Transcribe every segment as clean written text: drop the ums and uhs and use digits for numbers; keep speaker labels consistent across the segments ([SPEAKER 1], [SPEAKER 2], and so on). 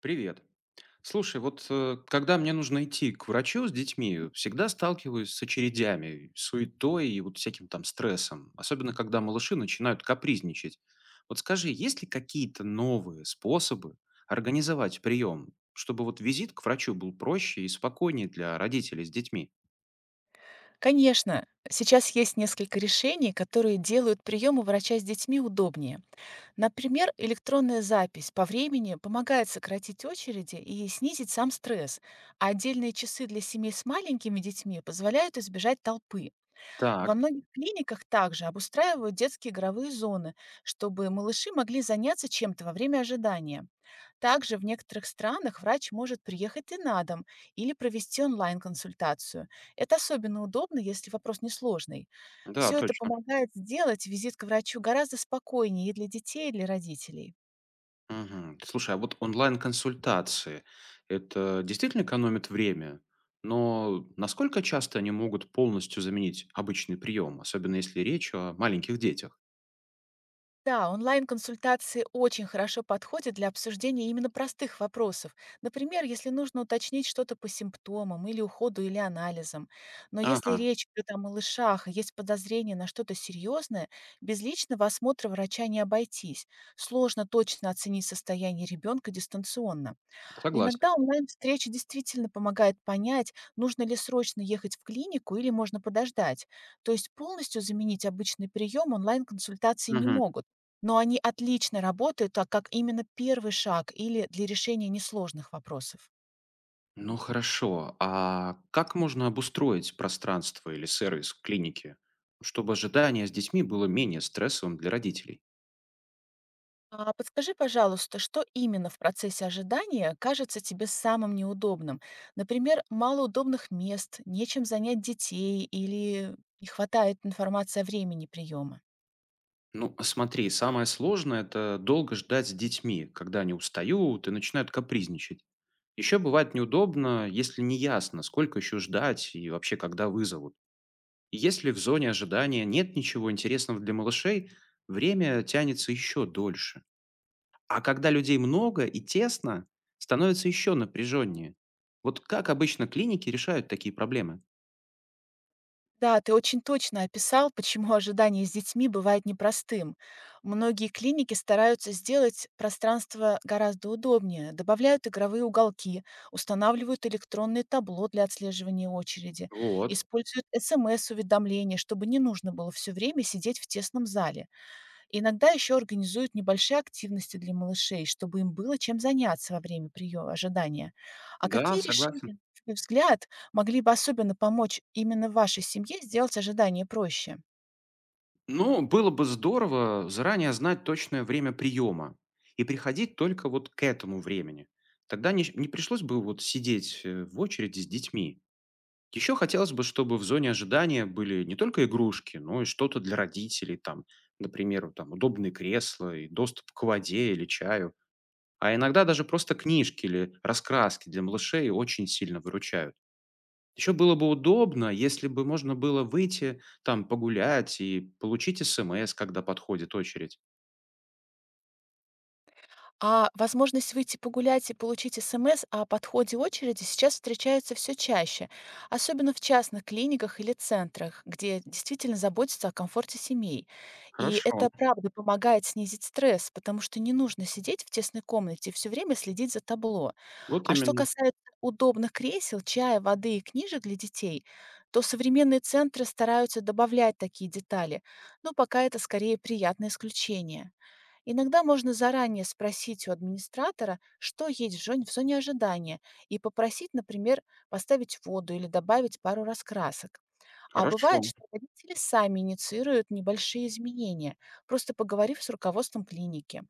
[SPEAKER 1] Привет. Слушай, когда мне нужно идти к врачу с детьми, всегда сталкиваюсь с очередями, суетой и вот всяким там стрессом, особенно когда малыши начинают капризничать. Вот скажи, есть ли какие-то новые способы организовать прием, чтобы вот визит к врачу был проще и спокойнее для родителей с детьми?
[SPEAKER 2] Конечно, сейчас есть несколько решений, которые делают приемы врача с детьми удобнее. Например, электронная запись по времени помогает сократить очереди и снизить сам стресс, а отдельные часы для семей с маленькими детьми позволяют избежать толпы. Во
[SPEAKER 1] Так,
[SPEAKER 2] многих клиниках также обустраивают детские игровые зоны, чтобы малыши могли заняться чем-то во время ожидания. Также в некоторых странах врач может приехать и на дом или провести онлайн-консультацию. Это особенно удобно, если вопрос несложный.
[SPEAKER 1] да,
[SPEAKER 2] Все это
[SPEAKER 1] точно.
[SPEAKER 2] помогает сделать визит к врачу гораздо спокойнее и для детей, и для родителей.
[SPEAKER 1] Мгм. Слушай, а вот онлайн-консультации- это действительно экономит время? Но насколько часто они могут полностью заменить обычный прием, особенно если речь о маленьких детях?
[SPEAKER 2] Да, онлайн-консультации очень хорошо подходят для обсуждения именно простых вопросов. Например, если нужно уточнить что-то по симптомам или уходу или анализам. Но если
[SPEAKER 1] Ага,
[SPEAKER 2] речь идет о малышах и есть подозрение на что-то серьезное, без личного осмотра врача не обойтись. Сложно точно оценить состояние ребенка дистанционно.
[SPEAKER 1] согласен.
[SPEAKER 2] Иногда онлайн-встреча действительно помогает понять, нужно ли срочно ехать в клинику или можно подождать. То есть полностью заменить обычный прием онлайн-консультации не
[SPEAKER 1] Мгм.
[SPEAKER 2] могут, но они отлично работают, так как именно первый шаг или для решения несложных вопросов.
[SPEAKER 1] Ну хорошо, а как можно обустроить пространство или сервис клиники, чтобы ожидание с детьми было менее стрессовым для родителей?
[SPEAKER 2] А подскажи, пожалуйста, что именно в процессе ожидания кажется тебе самым неудобным? Например, мало удобных мест, нечем занять детей или не хватает информации о времени приема?
[SPEAKER 1] Ну, смотри, самое сложное – это долго ждать с детьми, когда они устают и начинают капризничать. Еще бывает неудобно, если неясно, сколько еще ждать и вообще когда вызовут. И если в зоне ожидания нет ничего интересного для малышей, время тянется еще дольше. А когда людей много и тесно, становится еще напряженнее. Вот как обычно клиники решают такие проблемы?
[SPEAKER 2] Да, ты очень точно описал, почему ожидание с детьми бывает непростым. Многие клиники стараются сделать пространство гораздо удобнее, добавляют игровые уголки, устанавливают электронное табло для отслеживания очереди,
[SPEAKER 1] Вот.
[SPEAKER 2] используют смс-уведомления, чтобы не нужно было все время сидеть в тесном зале. Иногда еще организуют небольшие активности для малышей, чтобы им было чем заняться во время приема ожидания. А
[SPEAKER 1] Да,
[SPEAKER 2] какие
[SPEAKER 1] согласен.
[SPEAKER 2] решения, на твой взгляд, могли бы особенно помочь именно вашей семье сделать ожидание проще?
[SPEAKER 1] Ну, было бы здорово заранее знать точное время приема и приходить только вот к этому времени. Тогда не пришлось бы вот сидеть в очереди с детьми. Еще хотелось бы, чтобы в зоне ожидания были не только игрушки, но и что-то для родителей, там, например, вот там, удобные кресла и доступ к воде или чаю. А иногда даже просто книжки или раскраски для малышей очень сильно выручают. Еще было бы удобно, если бы можно было выйти, там, погулять и получить СМС, когда подходит очередь.
[SPEAKER 2] А возможность выйти погулять и получить СМС о подходе очереди сейчас встречается все чаще, особенно в частных клиниках или центрах, где действительно заботятся о комфорте семей. И
[SPEAKER 1] Хорошо.
[SPEAKER 2] это правда помогает снизить стресс, потому что не нужно сидеть в тесной комнате и все время следить за табло.
[SPEAKER 1] Вот
[SPEAKER 2] А что
[SPEAKER 1] именно.
[SPEAKER 2] касается удобных кресел, чая, воды и книжек для детей, то современные центры стараются добавлять такие детали, но пока это скорее приятное исключение. Иногда можно заранее спросить у администратора, что есть в зоне ожидания, и попросить, например, поставить воду или добавить пару раскрасок. А
[SPEAKER 1] Хорошо.
[SPEAKER 2] бывает, что родители сами инициируют небольшие изменения, просто поговорив с руководством клиники.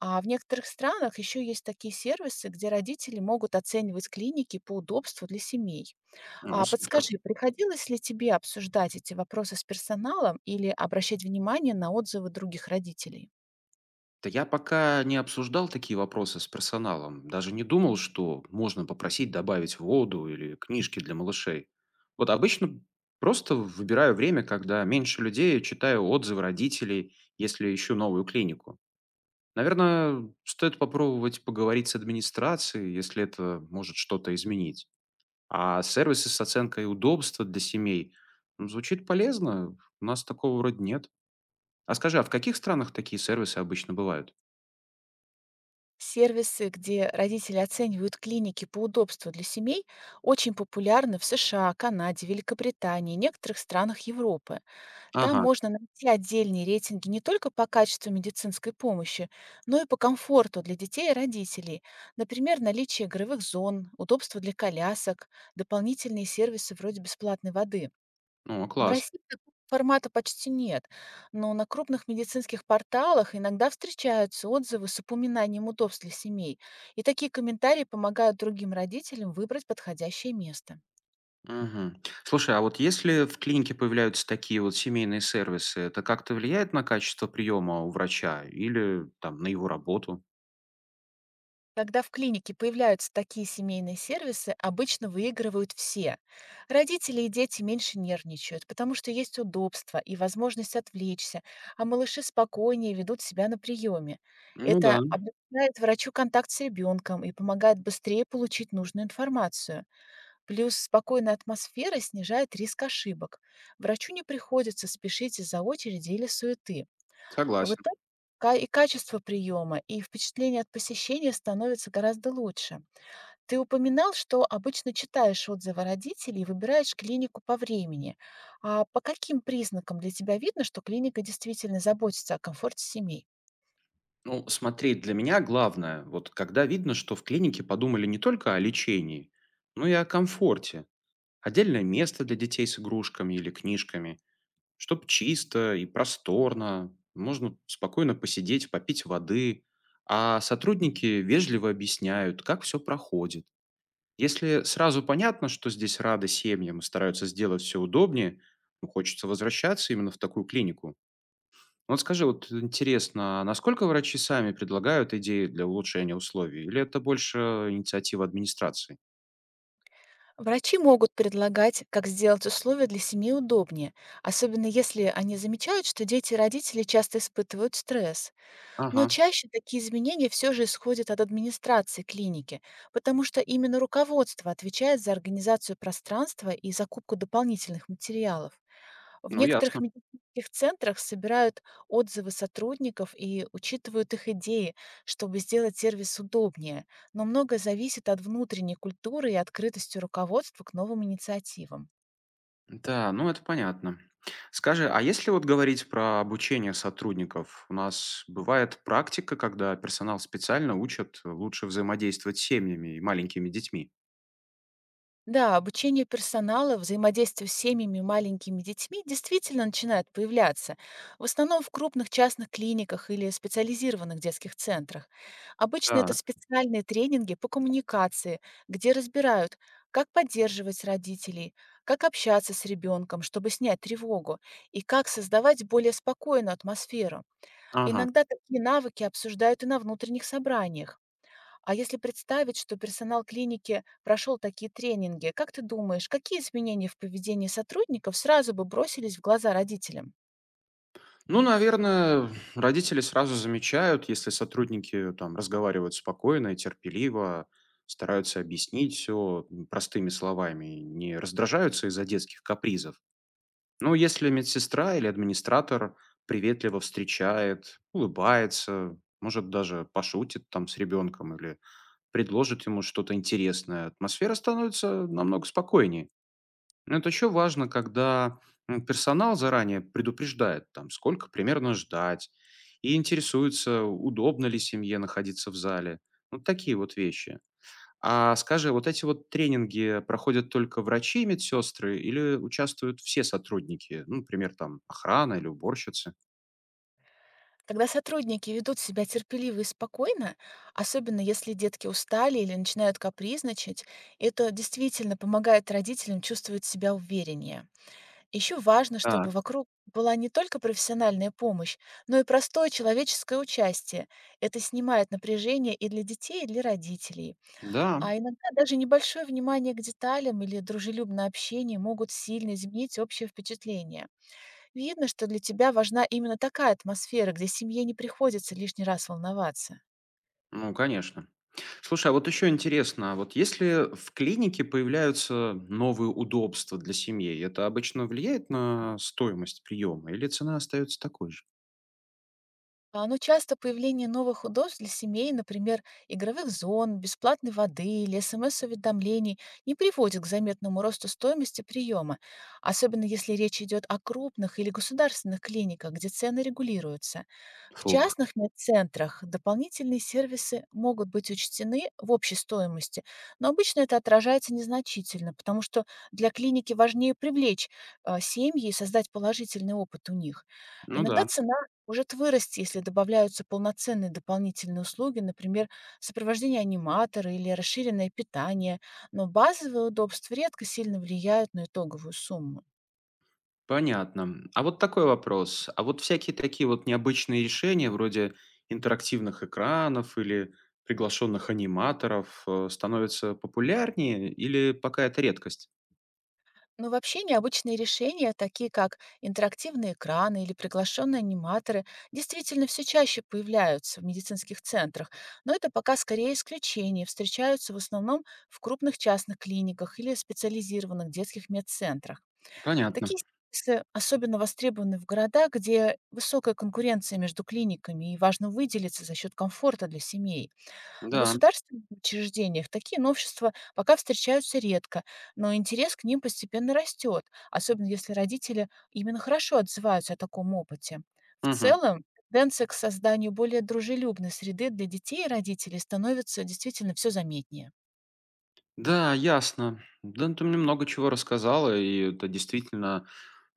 [SPEAKER 2] А в некоторых странах еще есть такие сервисы, где родители могут оценивать клиники по удобству для семей.
[SPEAKER 1] Ну,
[SPEAKER 2] А
[SPEAKER 1] супер.
[SPEAKER 2] подскажи, приходилось ли тебе обсуждать эти вопросы с персоналом или обращать внимание на отзывы других родителей?
[SPEAKER 1] Да я пока не обсуждал такие вопросы с персоналом, даже не думал, что можно попросить добавить воду или книжки для малышей. Вот обычно просто выбираю время, когда меньше людей, читаю отзывы родителей, если ищу новую клинику. Наверное, стоит попробовать поговорить с администрацией, если это может что-то изменить. А сервисы с оценкой удобства для семей, ну, звучит полезно, у нас такого вроде нет. А скажи, а в каких странах такие сервисы обычно бывают?
[SPEAKER 2] Сервисы, где родители оценивают клиники по удобству для семей, очень популярны в США, Канаде, Великобритании и некоторых странах Европы. Там
[SPEAKER 1] Ага.
[SPEAKER 2] можно найти отдельные рейтинги не только по качеству медицинской помощи, но и по комфорту для детей и родителей. Например, наличие игровых зон, удобство для колясок, дополнительные сервисы вроде бесплатной воды.
[SPEAKER 1] О,
[SPEAKER 2] В
[SPEAKER 1] класс.
[SPEAKER 2] России такого формата почти нет, но на крупных медицинских порталах иногда встречаются отзывы с упоминанием удобств для семей, и такие комментарии помогают другим родителям выбрать подходящее место.
[SPEAKER 1] Мгм. Слушай, а вот если в клинике появляются такие вот семейные сервисы, это как-то влияет на качество приема у врача или там на его работу?
[SPEAKER 2] Когда в клинике появляются такие семейные сервисы, обычно выигрывают все. Родители и дети меньше нервничают, потому что есть удобство и возможность отвлечься, а малыши спокойнее ведут себя на приеме.
[SPEAKER 1] Ну да,
[SPEAKER 2] Это облегчает врачу контакт с ребенком и помогает быстрее получить нужную информацию. Плюс спокойная атмосфера снижает риск ошибок. Врачу не приходится спешить из-за очереди или суеты. Вот
[SPEAKER 1] согласен.
[SPEAKER 2] так ка и качество приема, и впечатление от посещения становится гораздо лучше. Ты упоминал, что обычно читаешь отзывы родителей и выбираешь клинику по времени. А по каким признакам для тебя видно, что клиника действительно заботится о комфорте семей?
[SPEAKER 1] Ну, смотри, для меня главное, вот когда видно, что в клинике подумали не только о лечении, но и о комфорте. Отдельное место для детей с игрушками или книжками. Чтоб чисто и просторно, можно спокойно посидеть, попить воды, а сотрудники вежливо объясняют, как все проходит. Если сразу понятно, что здесь рады семьям и стараются сделать все удобнее, ну, хочется возвращаться именно в такую клинику. Вот скажи, вот интересно, а насколько врачи сами предлагают идеи для улучшения условий, или это больше инициатива администрации?
[SPEAKER 2] Врачи могут предлагать, как сделать условия для семьи удобнее, особенно если они замечают, что дети и родители часто испытывают стресс. Но
[SPEAKER 1] Ага,
[SPEAKER 2] чаще такие изменения все же исходят от администрации клиники, потому что именно руководство отвечает за организацию пространства и закупку дополнительных материалов. В
[SPEAKER 1] ну
[SPEAKER 2] некоторых
[SPEAKER 1] ясно.
[SPEAKER 2] медицинских центрах собирают отзывы сотрудников и учитывают их идеи, чтобы сделать сервис удобнее, но многое зависит от внутренней культуры и открытости руководства к новым инициативам.
[SPEAKER 1] Да, ну это понятно. Скажи, а если вот говорить про обучение сотрудников, у нас бывает практика, когда персонал специально учат лучше взаимодействовать с семьями и маленькими детьми.
[SPEAKER 2] Да, обучение персонала, взаимодействие с семьями и маленькими детьми действительно начинает появляться, в основном в крупных частных клиниках или специализированных детских центрах. Обычно это
[SPEAKER 1] Так,
[SPEAKER 2] специальные тренинги по коммуникации, где разбирают, как поддерживать родителей, как общаться с ребенком, чтобы снять тревогу, и как создавать более спокойную атмосферу.
[SPEAKER 1] ага.
[SPEAKER 2] Иногда такие навыки обсуждают и на внутренних собраниях. А если представить, что персонал клиники прошел такие тренинги, как ты думаешь, какие изменения в поведении сотрудников сразу бы бросились в глаза родителям?
[SPEAKER 1] Ну, наверное, родители сразу замечают, если сотрудники там разговаривают спокойно и терпеливо, стараются объяснить все простыми словами, не раздражаются из-за детских капризов. Ну, если медсестра или администратор приветливо встречает, улыбается, может, даже пошутит там с ребенком или предложит ему что-то интересное, атмосфера становится намного спокойнее. Но это еще важно, когда персонал заранее предупреждает, там, сколько примерно ждать, и интересуется, удобно ли семье находиться в зале. Вот такие вот вещи. А скажи, вот эти вот тренинги проходят только врачи и медсестры или участвуют все сотрудники? Ну, например, там охрана или уборщицы?
[SPEAKER 2] Когда сотрудники ведут себя терпеливо и спокойно, особенно если детки устали или начинают капризничать, это действительно помогает родителям чувствовать себя увереннее. Еще важно, чтобы
[SPEAKER 1] Так,
[SPEAKER 2] вокруг была не только профессиональная помощь, но и простое человеческое участие. Это снимает напряжение и для детей, и для родителей.
[SPEAKER 1] да,
[SPEAKER 2] А иногда даже небольшое внимание к деталям или дружелюбное общение могут сильно изменить общее впечатление. Видно, что для тебя важна именно такая атмосфера, где семье не приходится лишний раз волноваться.
[SPEAKER 1] ну, конечно. Слушай, а вот еще интересно, а вот если в клинике появляются новые удобства для семьи, это обычно влияет на стоимость приема или цена остается такой же?
[SPEAKER 2] Но часто появление новых удобств для семей, например, игровых зон, бесплатной воды или СМС-уведомлений, не приводит к заметному росту стоимости приема, особенно если речь идет о крупных или государственных клиниках, где цены регулируются. В
[SPEAKER 1] Фух,
[SPEAKER 2] частных медцентрах дополнительные сервисы могут быть учтены в общей стоимости, но обычно это отражается незначительно, потому что для клиники важнее привлечь семьи и создать положительный опыт у них.
[SPEAKER 1] ну
[SPEAKER 2] Иногда
[SPEAKER 1] да.
[SPEAKER 2] цена может вырасти, если добавляются полноценные дополнительные услуги, например, сопровождение аниматора или расширенное питание, но базовые удобства редко сильно влияют на итоговую сумму.
[SPEAKER 1] Понятно. А вот такой вопрос. А вот всякие такие вот необычные решения, вроде интерактивных экранов или приглашенных аниматоров, становятся популярнее или пока это редкость?
[SPEAKER 2] Но вообще необычные решения, такие как интерактивные экраны или приглашенные аниматоры, действительно все чаще появляются в медицинских центрах, но это пока скорее исключение, встречаются в основном в крупных частных клиниках или специализированных детских медцентрах.
[SPEAKER 1] Понятно.
[SPEAKER 2] Такие сервисы особенно востребованы в городах, где высокая конкуренция между клиниками и важно выделиться за счет комфорта для семей. В
[SPEAKER 1] Да.
[SPEAKER 2] государственных учреждениях такие новшества пока встречаются редко, но интерес к ним постепенно растет, особенно если родители именно хорошо отзываются о таком опыте. В
[SPEAKER 1] Мгм.
[SPEAKER 2] целом, тенденция к созданию более дружелюбной среды для детей и родителей становится действительно все заметнее.
[SPEAKER 1] Да, ясно. Да, ты мне много чего рассказала, и это действительно.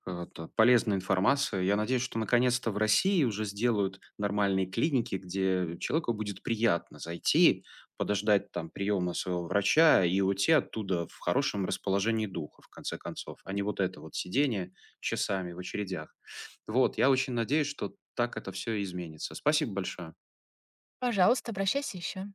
[SPEAKER 1] Это полезная информация. Я надеюсь, что наконец-то в России уже сделают нормальные клиники, где человеку будет приятно зайти, подождать там приема своего врача и уйти оттуда в хорошем расположении духа, в конце концов, а не вот это вот сидение часами в очередях. Вот, я очень надеюсь, что так это все изменится. Спасибо большое.
[SPEAKER 2] Пожалуйста, обращайся еще.